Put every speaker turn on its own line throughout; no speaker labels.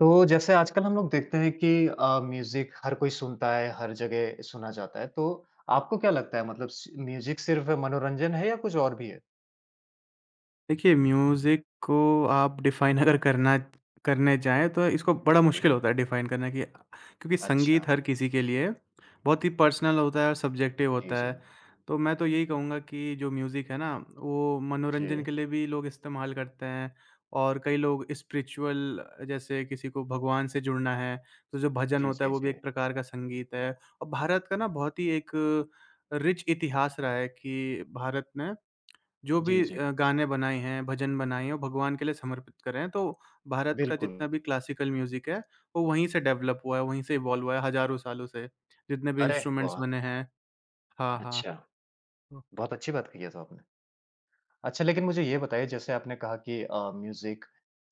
तो जैसे आजकल हम लोग देखते हैं कि म्यूजिक हर कोई सुनता है, हर जगह सुना जाता है। तो आपको क्या लगता है मतलब स म्यूजिक सिर्फ़ मनोरंजन है या कुछ और भी है?
देखिए, म्यूज़िक को आप डिफ़ाइन अगर करना करने जाएँ तो इसको बड़ा
जी।
मुश्किल होता है डिफ़ाइन करना कि क्योंकि
अच्छा।
संगीत हर किसी के लिए बहुत ही पर्सनल होता है और सब्जेक्टिव
जी,
होता
जी।
है। तो मैं तो यही कहूँगा कि जो म्यूज़िक है ना, वो मनोरंजन
जी।
के लिए भी लोग इस्तेमाल करते हैं और कई लोग स्पिरिचुअल जैसे किसी को भगवान से जुड़ना है, तो जो भजन
जी,
होता है
जी,
वो भी
जी।
एक प्रकार का संगीत है। और भारत का ना बहुत ही एक रिच इतिहास रहा है कि भारत में जो भी
जी, जी।
गाने बनाए हैं, भजन बनाए हैं, वो भगवान के लिए समर्पित करें हैं। तो भारत का
बिल्कुल।
जितना भी क्लासिकल म्यूज़िक है, वो वहीं से डेवलप हुआ है, वहीं से इवॉल्व हुआ है हज़ारों सालों से। जितने भी
अरे
इंस्ट्रूमेंट्स
वाह!
बने हैं हाँ, हाँ।
अच्छा, बहुत अच्छी बात कही है तो आपने। अच्छा, लेकिन मुझे ये बताइए जैसे आपने कहा कि म्यूज़िक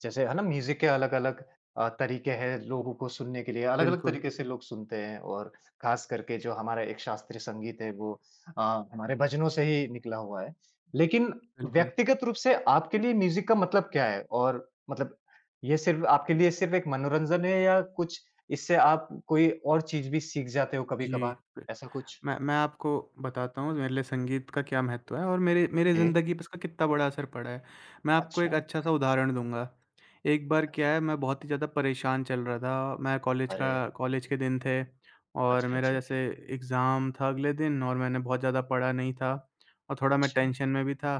जैसे है ना म्यूज़िक के अलग-अलग तरीके हैं लोगों को सुनने के लिए, अलग-अलग
बिल्कुल,
तरीके से लोग सुनते हैं और ख़ास करके जो हमारा एक शास्त्रीय संगीत है वो अ, हमारे भजनों से ही निकला हुआ है। लेकिन
बिल्कुल।
व्यक्तिगत रूप से आपके लिए म्यूज़िक का मतलब क्या है? और मतलब ये सिर्फ़ आपके लिए सिर्फ़ एक मनोरंजन है या कुछ इससे आप कोई और चीज़ भी सीख जाते हो
जी।
कभी-कभार? ऐसा कुछ?
मैं आपको बताता हूँ मेरे लिए संगीत का क्या महत्व है और मेरे मेरे
जी।
ज़िंदगी पे इसका कितना बड़ा असर पड़ा है। मैं आपको एक
अच्छा,
अच्छा-सा उदाहरण दूँगा। एक बार क्या
अच्छा।
है मैं बहुत ही ज़्यादा परेशान चल रहा था। मैं कॉलेज का
अरे!
कॉलेज के दिन थे और
अच्छा,
मेरा
अच्छा,
जैसे
अच्छा।
एग्ज़ाम था अगले दिन और मैंने बहुत ज़्यादा पढ़ा नहीं था और थोड़ा मैं
अच्छा।
टेंशन में भी था।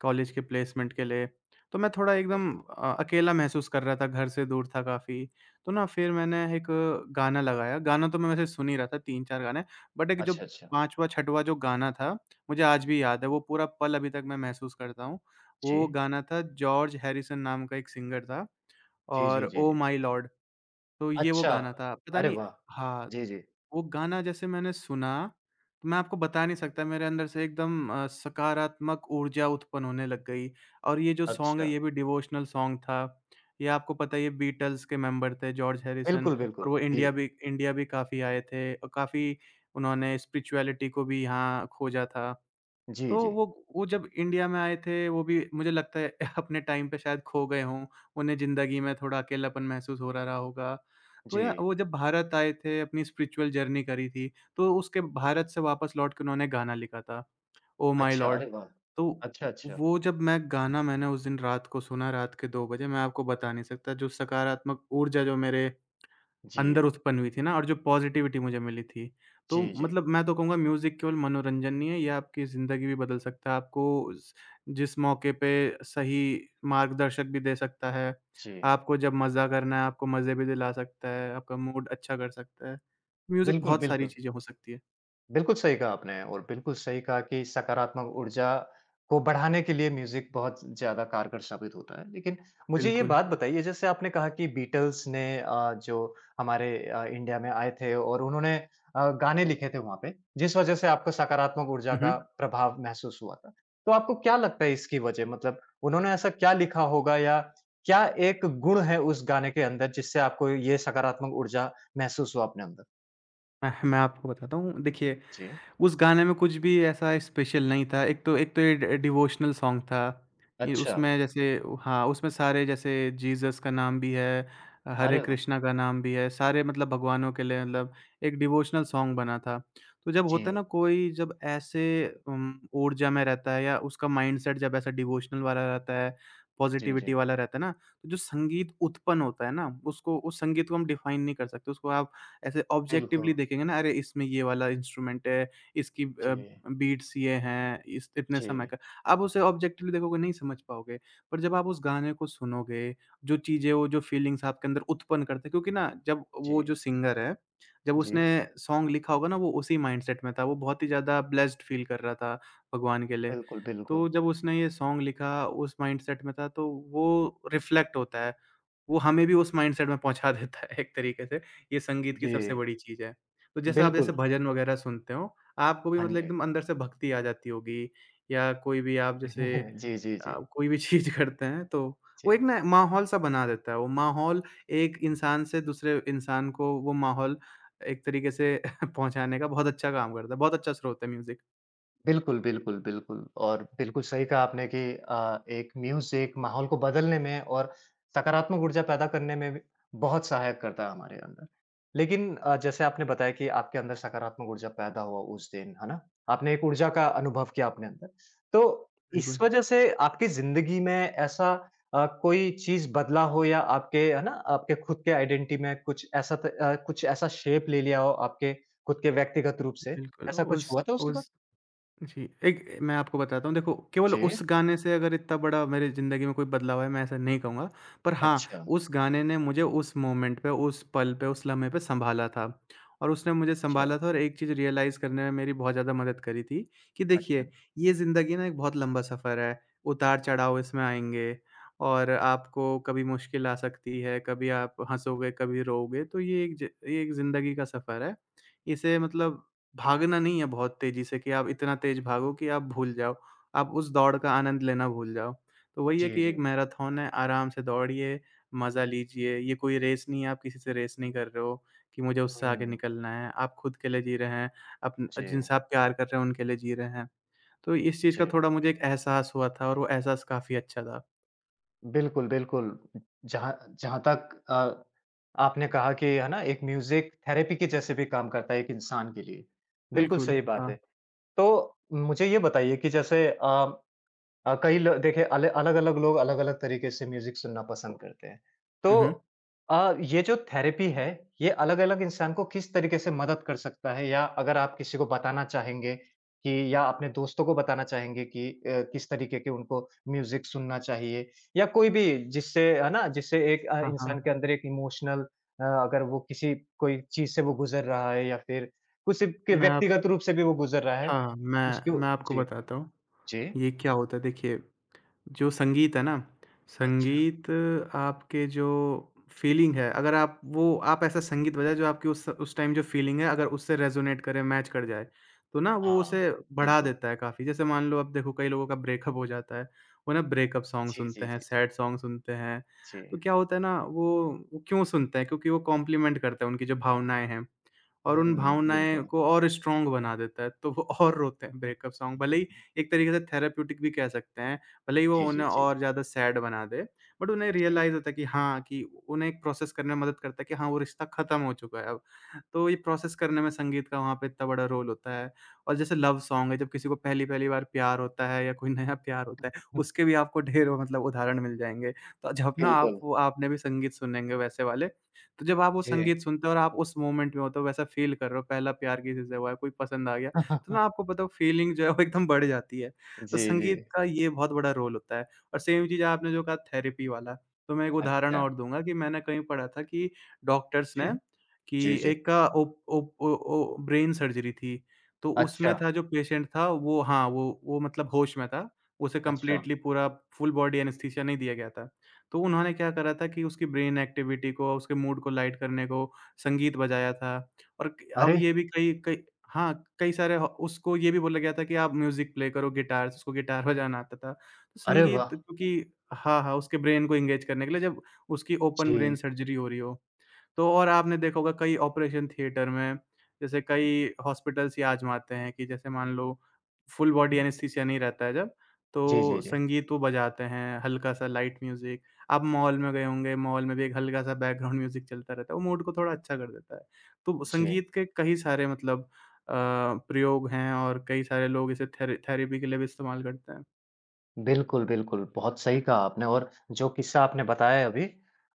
कॉलेज के प्लेसमेंट के लिए, तो मैं थोड़ा
अच्छा
एकदम
जी।
अकेला महसूस कर रहा था, घर से दूर था काफ़ी। तो ना फिर मैंने एक गाना लगाया, गाना तो मैं वैसे सुन ही रहा था 3-4 गाने, बट एक जो
अच्छा, अच्छा।
5वां-6वां जो गाना था, मुझे आज भी याद है, वो पूरा पल अभी तक मैं महसूस करता हूँ। वो
जी।
गाना था जॉर्ज हैरिसन नाम का एक सिंगर था
जी, जी,
और
जी,
ओह
जी।
माय लॉर्ड, तो ये वो
अच्छा!
गाना था। पता
अरे
नहीं
वाह!
हाँ,
जी, जी।
वो गाना जैसे मैंने सुना, तो मैं आपको बता नहीं सकता मेरे अंदर से एकदम सकारात्मक ऊर्जा उत्पन्न होने लग गई और ये जो सॉन्ग है
अच्छा।
ये भी डिवोशनल सॉन्ग था। ये आपको पता है ये बीटल्स के मेंबर थे जॉर्ज हैरिसन
बिल्कुल,
और
बिल्कुल।
वो
जी।
इंडिया भी काफ़ी आए थे और काफ़ी उन्होंने स्पिरिचुअलिटी को भी यहाँ खोजा था।
जी,
तो
जी।
वो जब इंडिया में आए थे, वो भी मुझे लगता है अपने टाइम पे शायद खो गए हों। उन्हें ज़िंदगी में थोड़ा अकेलापन महसूस हो रहा होगा। तो
जी।
या वो जब भारत आए थे, अपनी स्पिरिचुअल जर्नी करी थी, तो उसके भारत से वापस लौट के उन्होंने गाना लिखा था, ओह माय
अच्छा,
लॉर्ड।
अरे वाह!
तो
अच्छा, अच्छा।
वो जब मैं गाना मैंने उस दिन रात को सुना, रात के 2 बजे, मैं आपको बता नहीं सकता, जो सकारात्मक ऊर्जा जो मेरे
जी।
अंदर उत्पन्न हुई थी ना और जो पॉज़िटिविटी मुझे मिली थी। तो
जी, जी।
मतलब मैं तो कहूँगा म्यूज़िक केवल मनोरंजन नहीं है, ये आपकी ज़िंदगी भी बदल सकता है। आपको स जिस मौके पे सही मार्गदर्शक भी दे सकता है।
जी।
आपको जब मज़ा करना है, आपको मज़े भी दिला सकता है, आपका मूड अच्छा कर सकता है। म्यूज़िक
बिल्कुल,
बहुत सारी
बिल्कुल।
चीज़ें हो सकती है।
बिल्कुल सही कहा आपने और बिल्कुल सही कहा कि सकारात्मक ऊर्जा को बढ़ाने के लिए म्यूजिक बहुत ज्यादा कारगर साबित होता है। लेकिन मुझे ये
बिल्कुल।
बात बताइए जैसे आपने कहा कि बीटल्स ने जो हमारे इंडिया में आए थे और उन्होंने गाने लिखे थे वहाँ पे जिस वजह से आपको सकारात्मक ऊर्जा
हुँ,
का
हुँ।
प्रभाव महसूस हुआ था। तो आपको क्या लगता है इसकी वजह मतलब उन्होंने ऐसा क्या लिखा होगा या क्या एक गुण है उस गाने के अंदर जिससे आपको ये सकारात्मक ऊर्जा महसूस हुआ अपने अंदर?
मैं आपको बताता हूँ, देखिए
जी।
उस गाने में कुछ भी ऐसा स्पेशल नहीं था। एक तो ये डि डिवोशनल सॉन्ग था। ये
अच्छा,
उसमें जैसे हाँ, उसमें सारे जैसे जीसस का नाम भी है, हरे
अरे वाह!
कृष्णा का नाम भी है, सारे मतलब भगवानों के लिए मतलब एक डिवोशनल सॉन्ग बना था। तो जब होता है
जी,
ना कोई जब ऐसे ऊर्जा में रहता है या उसका माइंडसेट जब ऐसा डिवोशनल वाला रहता है,
जी, जी।
पॉज़िटिविटी वाला रहता है ना, तो जो संगीत उत्पन्न होता है ना, उसको उस संगीत को हम डिफ़ाइन नहीं कर सकते। उसको आप ऐसे
बिल्कुल,
ऑब्जेक्टिवली देखेंगे ना, अरे! इसमें ये वाला इंस्ट्रूमेंट है इसकी
जी,
बीट्स ये हैं, इस इतने समय
जी,
का आप उसे ऑब्जेक्टिवली देखोगे नहीं समझ पाओगे। पर जब आप उस गाने को सुनोगे, जो चीज़ें वो जो फीलिंग्स आपके अंदर उत्पन्न करते हैं क्योंकि ना जब वो
जी,
जो सिंगर है, जब
जी।
उसने सॉन्ग लिखा होगा ना वो उसी माइंडसेट में था, वो बहुत ही ज़्यादा ब्लेस्ड फील कर रहा था भगवान के लिए।
बिल्कुल, बिल्कुल।
तो जब उसने ये सॉन्ग लिखा उस माइंडसेट में था तो वो रिफ्लेक्ट होता है। वो हमें भी उस माइंडसेट में पहुँचा देता है एक तरीके से, ये संगीत की
जी,
सबसे बड़ी चीज़ है। तो जैसे आप जैसे
बिल्कुल।
भजन वगैरह सुनते हो आपको भी
हाँ
मतलब
जी।
एकदम अंदर से भक्ति आ जाती होगी या कोई भी आप जैसे
जी, जी, जी,
कोई भी चीज़ करते हैं तो
जी।
वो एक ना माहौल सा बना देता है, वो माहौल एक इंसान से दूसरे इंसान को वो माहौल एक तरीके से पहुँचाने का बहुत अच्छा काम करता है, बहुत अच्छा स्रोत है म्यूज़िक।
बिल्कुल, बिल्कुल, बिल्कुल और बिल्कुल सही कहा आपने कि एक म्यूज़िक माहौल को बदलने में और सकारात्मक ऊर्जा पैदा करने में भी बहुत सहायक करता है हमारे अंदर। लेकिन जैसे आपने बताया कि आपके अंदर सकारात्मक ऊर्जा पैदा हुआ उस दिन, है ना? आपने एक ऊर्जा का अनुभव किया अपने अंदर। तो इस
बिल्कुल।
वजह से आपकी ज़िंदगी में ऐसा कोई चीज़ बदला हो या आपके है ना, आपके खुद के आइडेंटिटी में कुछ ऐसा कुछ ऐसा शेप ले लिया हो आपके खुद के व्यक्तिगत रूप से,
बिल्कुल,
ऐसा कुछ हुआ था उसके बाद?
उस जी, एक मैं आपको बताता हूँ, देखो केवल उस
जी।
गाने से अगर इतना बड़ा मेरी ज़िंदगी में कोई बदलाव आया, मैं ऐसा नहीं कहूँगा। पर हाँ,
अच्छा,
उस गाने ने मुझे उस मोमेंट पे, उस पल पे, उस लम्हे पे सँभाला था और उसने मुझे
अच्छा,
सँभाला था और एक चीज़ रियलाइज़ करने में मेरी बहुत ज़्यादा मदद करी थी कि
अच्छा।
देखिए, ये ज़िंदगी ना एक बहुत लंबा सफ़र है, उतार-चढ़ाव इसमें आएँगे और आपको कभी मुश्किल आ सकती है, कभी आप हँसोगे, कभी रोओगे, तो ये एक ज़िंदगी का सफ़र है। इसे मतलब भागना नहीं है बहुत तेज़ी से कि आप इतना तेज़ भागो कि आप भूल जाओ, आप उस दौड़ का आनंद लेना भूल जाओ। तो वही है
जी,
कि
जी।
एक मैराथन है, आराम से दौड़िए, मज़ा लीजिए, ये कोई रेस नहीं है, आप किसी से रेस नहीं कर रहे हो कि मुझे उससे आगे
हुँ,
निकलना है। आप खुद के लिए जी रहे हैं, अपन
जी,
जिनसे आप प्यार कर रहे हैं उनके लिए जी रहे हैं। तो इस चीज़
जी।
का थोड़ा मुझे एक एहसास हुआ था और वो एहसास काफ़ी अच्छा था।
बिल्कुल, बिल्कुल। जहाँ जहाँ तक आपने कहा कि है ना, एक म्यूज़िक थेरेपी के जैसे भी काम करता है एक इंसान के लिए। बिल्कुल
बिल्कुल,
सही बात है।
हाँ।
तो मुझे ये बताइए कि जैसे कई ल देखिए अल अलग-अलग लोग अलग-अलग तरीके से म्यूज़िक सुनना पसंद करते हैं। तो
हुँ, हुँ।
ये जो थेरेपी है, ये अलग-अलग इंसान को किस तरीके से मदद कर सकता है? या अगर आप किसी को बताना चाहेंगे कि या अपने दोस्तों को बताना चाहेंगे कि किस तरीके के उनको म्यूज़िक सुनना चाहिए? या कोई भी जिससे है ना, जिससे एक
हाँ,
इंसान
हाँ।
के अंदर एक इमोशनल अगर वो किसी कोई चीज़ से वो गुज़र रहा है या फिर कुछ के
मैं आप
व्यक्तिगत रूप से भी वो गुज़र रहा है,
हाँ, मैं
उसको
मैं आपको
जी,
बताता हूँ,
जी।
ये क्या होता है देखिए जो संगीत है ना,
अच्छा।
संगीत आपके जो फ़ीलिंग है, अगर आप वो आप ऐसा संगीत बजाएँ जो आपकी उस टाइम जो फ़ीलिंग है अगर उससे रेज़ोनेट करे, मैच कर जाए, तो ना वो
हाँ,
उसे बढ़ा
बिल्कुल।
देता है काफ़ी। जैसे मान लो अब देखो कई लोगों का ब्रेकअप हो जाता है, वो ना ब्रेकअप सॉन्ग
जी, जी,
सुनते हैं,
जी, जी।
सैड सॉन्ग सुनते हैं,
जी।
तो क्या होता है ना वो क्यों सुनते हैं? क्योंकि वो कॉम्प्लीमेंट करता है उनकी जो भावनाएँ हैं। और उन
हुँ,
भावनाएँ
बिल्कुल।
को और स्ट्रॉन्ग बना देता है, तो वो और रोते हैं ब्रेकअप सॉन्ग भले ही एक तरीके से थेराप्यूटिक भी कह सकते हैं, भले ही वो
जी, जी,
उन्हें
जी,
और
जी,
ज़्यादा सैड बना दे, बट उन्हें
जी।
रियलाइज़ होता है कि हाँ, कि उन्हें एक प्रोसेस करने में मदद करता है कि हाँ, वो रिश्ता ख़त्म हो चुका है अब। तो ये प्रोसेस करने में संगीत का वहाँ पे इतना बड़ा रोल होता है और जैसे लव सॉन्ग है, जब किसी को पहली-पहली बार प्यार होता है या कोई नया प्यार होता है,
हुँ।
उसके भी आपको ढेरों मतलब उदाहरण मिल जाएँगे। तो जब ना आप
बिल्कुल।
वो आपने भी संगीत सुनेंगे वैसे वाले, तो जब आप वो
जी।
संगीत सुनते हो और आप उस मोमेंट में होते हो, वैसा फ़ील कर रहे हो, पहला प्यार किसी से हुआ है, कोई पसंद आ गया, तो ना आपको पता है वो फ़ीलिंग जो है वो एकदम बढ़ जाती है। तो
जी, जी।
संगीत का ये बहुत बड़ा रोल होता है और सेम चीज़ आपने जो कहा थेरेपी वाला, तो मैं एक उदाहरण
अच्छा।
और दूँगा कि मैंने कहीं पढ़ा था कि डॉक्टर्स
जी,
ने कि
जी, जी।
एक का ओप ओप ओ ओ ब्रेन सर्जरी थी, तो उसमें
अच्छा,
था जो पेशेंट था वो हाँ, वो मतलब होश में था, उसे
अच्छा।
कंप्लीटली पूरा फुल बॉडी एनेस्थीसिया नहीं दिया गया था। तो उन्होंने क्या करा था कि उसकी ब्रेन एक्टिविटी को, उसके मूड को लाइट करने को संगीत बजाया था और क
अरे!
अब ये भी कई कई हाँ, कई सारे ह उसको ये भी बोला गया था कि आप म्यूज़िक प्ले करो गिटार से, उसको गिटार बजाना आता था। तो
अरे वाह!
संगीत क्योंकि हाँ, हाँ, उसके ब्रेन को एंगेज करने के लिए जब उसकी ओपन ब्रेन
जी।
सर्जरी हो रही हो। तो और आपने देखा होगा कई ऑपरेशन थिएटर में जैसे कई हॉस्पिटल्स ये आज़माते हैं कि जैसे मान लो फुल बॉडी
हुँ।
एनेस्थीसिया नहीं रहता है जब,
जी, जी,
तो
जी।
संगीत वो बजाते हैं, हल्का-सा लाइट म्यूज़िक। आप मॉल में गए होंगे, मॉल में भी एक हल्का-सा बैकग्राउंड म्यूज़िक चलता रहता है, वो मूड को थोड़ा अच्छा कर देता है। तो
जी।
संगीत के कई सारे मतलब अ, प्रयोग हैं और कई सारे लोग इसे थेरेपी के लिए भी इस्तेमाल करते हैं।
बिल्कुल, बिल्कुल। बहुत सही कहा आपने और जो किस्सा आपने बताया है अभी,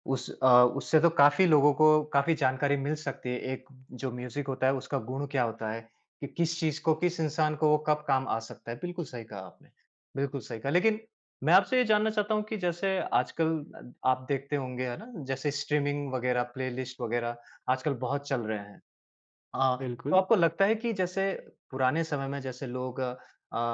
उस उससे तो काफ़ी लोगों को काफ़ी जानकारी मिल सकती है। एक जो म्यूज़िक होता है, उसका गुण क्या होता है, कि किस चीज़ को, किस इंसान को वो कब काम आ सकता है। बिल्कुल सही कहा आपने, बिल्कुल सही कहा। लेकिन मैं आपसे ये जानना चाहता हूँ कि जैसे आजकल आप देखते होंगे, है ना? जैसे स्ट्रीमिंग वगैरह, प्लेलिस्ट वगैरह आजकल बहुत चल रहे हैं। हाँ, तो
बिल्कुल।
आपको लगता है कि जैसे पुराने समय में जैसे लोग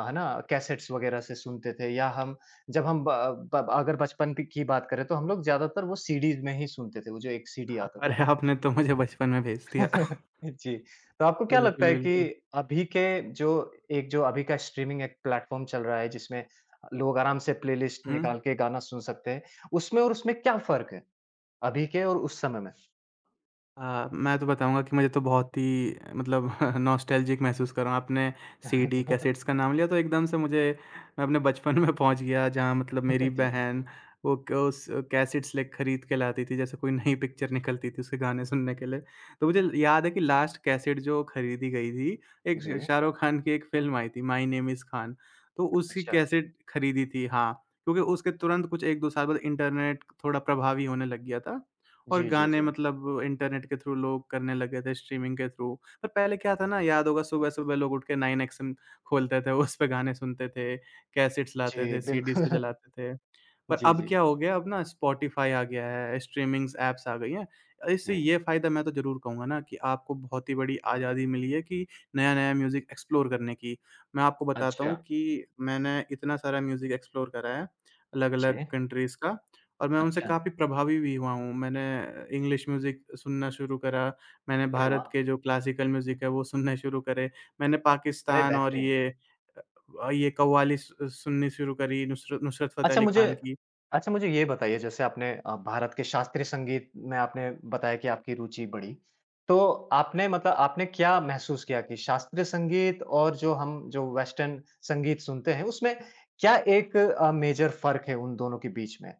है ना कैसेट्स वगैरह से सुनते थे या हम जब हम अगर बचपन की बात करें तो हम लोग ज्यादातर वो सीडीज में ही सुनते थे वो जो एक सीडी आता था
अरे! आपने तो मुझे बचपन में भेज दिया।
जी तो आपको क्या लगता
बिल्कुल,
है कि
बिल्कुल।
अभी के जो एक जो अभी का स्ट्रीमिंग एक प्लेटफॉर्म चल रहा है जिसमें लोग आराम से प्लेलिस्ट
हुँ।
निकाल के गाना सुन सकते हैं उसमें और उसमें क्या फर्क है अभी के और उस समय में
मैं तो बताऊँगा कि मुझे तो बहुत ही मतलब नॉस्टैल्जिक महसूस कर रहा हूँ। आपने सीडी, कैसेट्स का नाम लिया तो एकदम से मुझे मैं अपने बचपन में पहुँच गया जहाँ मतलब मेरी
जी
बहन वो क उस कैसेट्स ले खरीद के लाती थी, जैसे कोई नई पिक्चर निकलती थी उसके गाने सुनने के लिए। तो मुझे याद है कि लास्ट कैसेट जो खरीदी गई थी, एक
जी
शाहरुख खान की एक फ़िल्म आई थी माय नेम इज़ खान, तो उसकी
अच्छा
कैसेट खरीदी थी हाँ, क्योंकि उसके तुरंत कुछ 1-2 साल बाद इंटरनेट थोड़ा प्रभावी होने लग गया था। और
जी जी
गाने
जी
मतलब इंटरनेट के थ्रू लोग करने लगे थे, स्ट्रीमिंग के थ्रू। पर पहले क्या था ना, याद होगा सुबह-सुबह लोग उठ के 9 एक्सएम खोलते थे, उस पे गाने सुनते थे, कैसेट्स
जी,
लाते थे, सीडीज़
बिल्कुल।
पे चलाते थे। पर
जी,
अब
जी,
क्या हो गया, अब ना स्पॉटिफ़ाई आ गया है, स्ट्रीमिंग्स ऐप्स आ गई हैं। इससे
जी।
ये फ़ायदा मैं तो ज़रूर कहूँगा ना कि आपको बहुत ही बड़ी आज़ादी मिली है कि नया-नया म्यूज़िक एक्सप्लोर करने की। मैं आपको बताता
अच्छा,
हूँ कि मैंने इतना सारा म्यूज़िक एक्सप्लोर करा है,
जी,
अलग-अलग कंट्रीज़ का। और मैं उनसे
अच्छा।
काफ़ी प्रभावी भी हुआ हूँ। मैंने इंग्लिश म्यूज़िक सुनना शुरू करा, मैंने
अरे
भारत
वाह!
के जो क्लासिकल म्यूज़िक है वो सुनने शुरू करे, मैंने
अरे
पाकिस्तान और
बेहतरीन।
ये कव्वाली सु सुननी शुरू करी नुसरत नुसरत फ़तेह
अच्छा
अली
मुझे
खान की।
अच्छा मुझे ये बताइए जैसे आपने भारत के शास्त्रीय संगीत में आपने बताया कि आपकी रुचि बढ़ी। तो आपने मतलब आपने क्या महसूस किया कि शास्त्रीय संगीत और जो हम जो वेस्टर्न संगीत सुनते हैं उसमें क्या एक मेजर फ़र्क है उन दोनों के बीच में?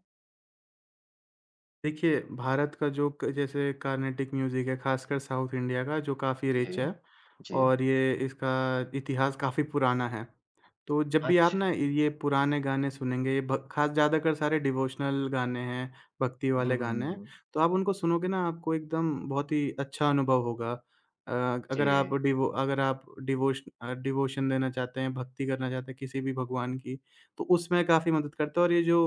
देखिए, भारत का जो क जैसे कार्नेटिक म्यूज़िक है, ख़ासकर साउथ इंडिया का जो काफ़ी
जी,
रिच है
जी।
और ये इसका इतिहास काफ़ी पुराना है। तो जब भी आप
अच्छा।
ना ये पुराने गाने सुनेंगे, ये भ ख़ास ज़्यादातर सारे डिवोशनल गाने हैं, भक्ति
हुँ,
वाले
हुँ,
गाने
हुँ,
हैं,
हुँ।
तो आप उनको सुनोगे ना आपको एकदम बहुत ही अच्छा अनुभव होगा। अगर आप
जी,
डिवो अगर आप डिवोश अ, डिवोशन देना चाहते हैं, भक्ति करना चाहते हैं किसी भी भगवान की, तो उसमें काफ़ी मदद करता है और ये जो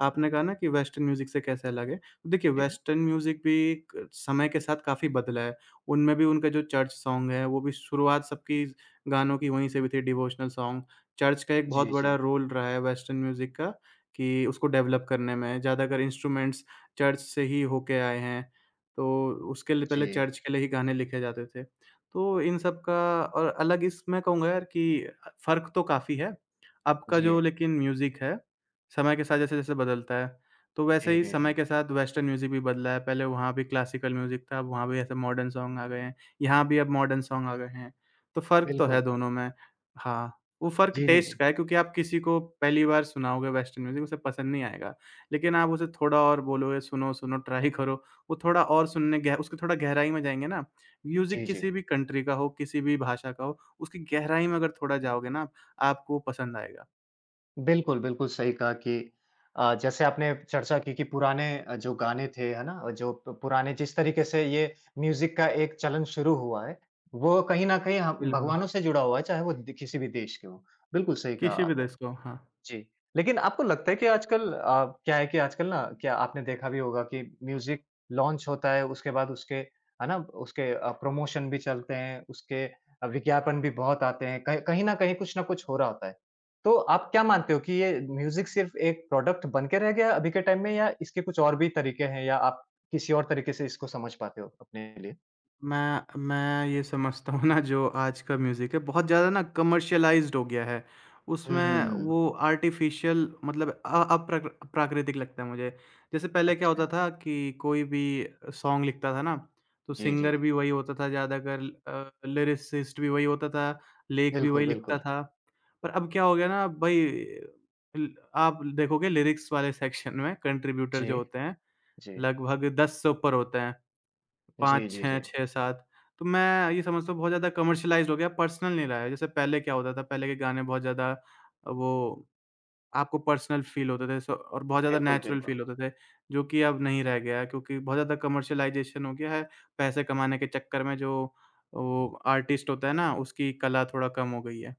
आपने कहा ना कि वेस्टर्न म्यूज़िक से कैसे अलग है, देखिए
जी।
वेस्टर्न म्यूज़िक भी क समय के साथ काफ़ी बदला है। उनमें भी उनका जो चर्च सॉन्ग है वो भी शुरुआत सबकी गानों की वहीं से हुई थी डिवोशनल सॉन्ग। चर्च का एक बहुत
जी,
बड़ा
जी।
रोल रहा है वेस्टर्न म्यूज़िक का कि उसको डेवलप करने में। ज़्यादातर इंस्ट्रूमेंट्स चर्च से ही होके आए हैं। तो उसके लिए पहले
जी,
चर्च के लिए ही गाने लिखे जाते थे। तो इन सब का और अलग इस मैं कहूँगा यार कि फ़र्क तो काफ़ी है। अब का जो
जी।
लेकिन म्यूज़िक है, समय के साथ जैसे-जैसे बदलता है तो वैसे
जी,
ही
जी, जी।
समय के साथ वेस्टर्न म्यूज़िक भी बदला है, पहले वहाँ भी क्लासिकल म्यूज़िक था, अब वहाँ भी ऐसे मॉडर्न सॉन्ग आ गए हैं, यहाँ भी अब मॉडर्न सॉन्ग आ गए हैं। तो फ़र्क तो है
बिल्कुल।
दोनों में। हाँ, वो फ़र्क
जी, जी,
टेस्ट
जी।
का है क्योंकि आप किसी को पहली बार सुनाओगे वेस्टर्न म्यूज़िक उसे पसंद नहीं आएगा, लेकिन आप उसे थोड़ा और बोलोगे सुनो, सुनो, ट्राई करो, वो थोड़ा और सुनने गह उसकी थोड़ा गहराई में जाएँगे ना, म्यूज़िक
जी, जी।
किसी भी कंट्री का हो, किसी भी भाषा का हो, उसकी गहराई में अगर थोड़ा जाओगे ना आप, आपको पसंद आएगा।
बिल्कुल, बिल्कुल सही कहा कि जैसे आपने चर्चा की कि पुराने जो गाने थे, है ना? और जो प पुराने जिस तरीके से ये म्यूज़िक का एक चलन शुरू हुआ है, वो कहीं न कहीं हम
बिल्कुल।
भगवानों से जुड़ा हुआ है, चाहे वो द किसी भी देश के हों। बिल्कुल सही कहा
किसी भी
आपने।
देश का हो, हाँ।
जी। लेकिन आपको लगता है कि आजकल क्या है कि आजकल ना क्या आपने देखा भी होगा कि म्यूज़िक लॉन्च होता है, उसके बाद उसके है ना, उसके प्रमोशन भी चलते हैं, उसके विज्ञापन भी बहुत आते हैं। कहीं कहीं न कहीं कुछ न कुछ हो रहा होता है। तो आप क्या मानते हो कि ये म्यूज़िक सिर्फ़ एक प्रोडक्ट बन के रह गया अभी के टाइम में या इसके कुछ और भी तरीके हैं या आप किसी और तरीके से इसको समझ पाते हो अपने लिए?
मैं ये समझता हूँ ना जो आज का म्यूज़िक है बहुत ज़्यादा ना कमर्शियलाइज़्ड हो गया है। उसमें
हुँ।
वो आर्टिफ़िशियल मतलब अ अप्राकृ प्राकृतिक लगता है मुझे। जैसे पहले क्या होता
अच्छा।
था कि कोई भी सॉन्ग लिखता था ना, तो
जी, जी।
सिंगर भी वही होता था ज़्यादातर लिरिसिस्ट भी वही होता था, लेख भी
बिल्कुल,
वही लिखता
बिल्कुल।
था। पर अब क्या हो गया ना भई ल आप देखोगे लिरिक्स वाले सेक्शन में कंट्रीब्यूटर
जी,
जो होते हैं
जी।
लगभग 10 से ऊपर होते हैं।
जी,
5,
जी,
6,
जी।
6, 7 तो मैं ये समझता हूँ बहुत ज़्यादा कमर्शियलाइज़्ड हो गया, पर्सनल नहीं रहा है। जैसे पहले क्या होता था, पहले के गाने बहुत ज़्यादा वो आपको पर्सनल फ़ील होते थे स और बहुत ज़्यादा
बिल्कुल,
नेचुरल
बिल्कुल।
फ़ील होते थे, जो कि अब नहीं रह गया है क्योंकि बहुत ज़्यादा कमर्शियलाइज़ेशन हो गया है। पैसे कमाने के चक्कर में जो वो आर्टिस्ट होता है ना, उसकी कला थोड़ा कम हो गई है।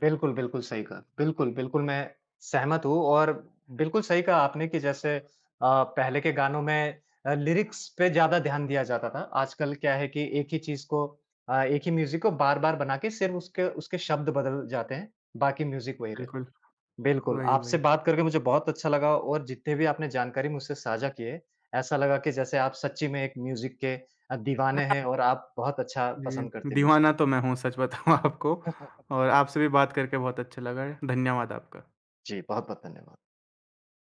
बिल्कुल, बिल्कुल सही कहा। बिल्कुल, बिल्कुल मैं सहमत हूँ और बिल्कुल सही कहा आपने कि जैसे पहले के गानों में लिरिक्स पे ज़्यादा ध्यान दिया जाता था। आजकल क्या है कि एक ही चीज़ को एक ही म्यूज़िक को बार-बार बना के सिर्फ़ उसके उसके शब्द बदल जाते हैं, बाकी म्यूज़िक वही रहता है।
बिल्कुल,
बिल्कुल,
वही,
आपसे
वही।
बात करके मुझे बहुत अच्छा लगा और जितने भी आपने जानकारी मुझसे साझा किए, ऐसा लगा कि जैसे आप सच्ची में एक म्यूज़िक के दीवाने हैं और आप बहुत अच्छा पसंद
जी,
करते हैं म्यूज़िक
दीवाना
को।
तो मैं हूँ, सच बताऊँ आपको और आपसे भी बात करके बहुत अच्छा लगा है। धन्यवाद आपका।
जी, बहुत-बहुत धन्यवाद।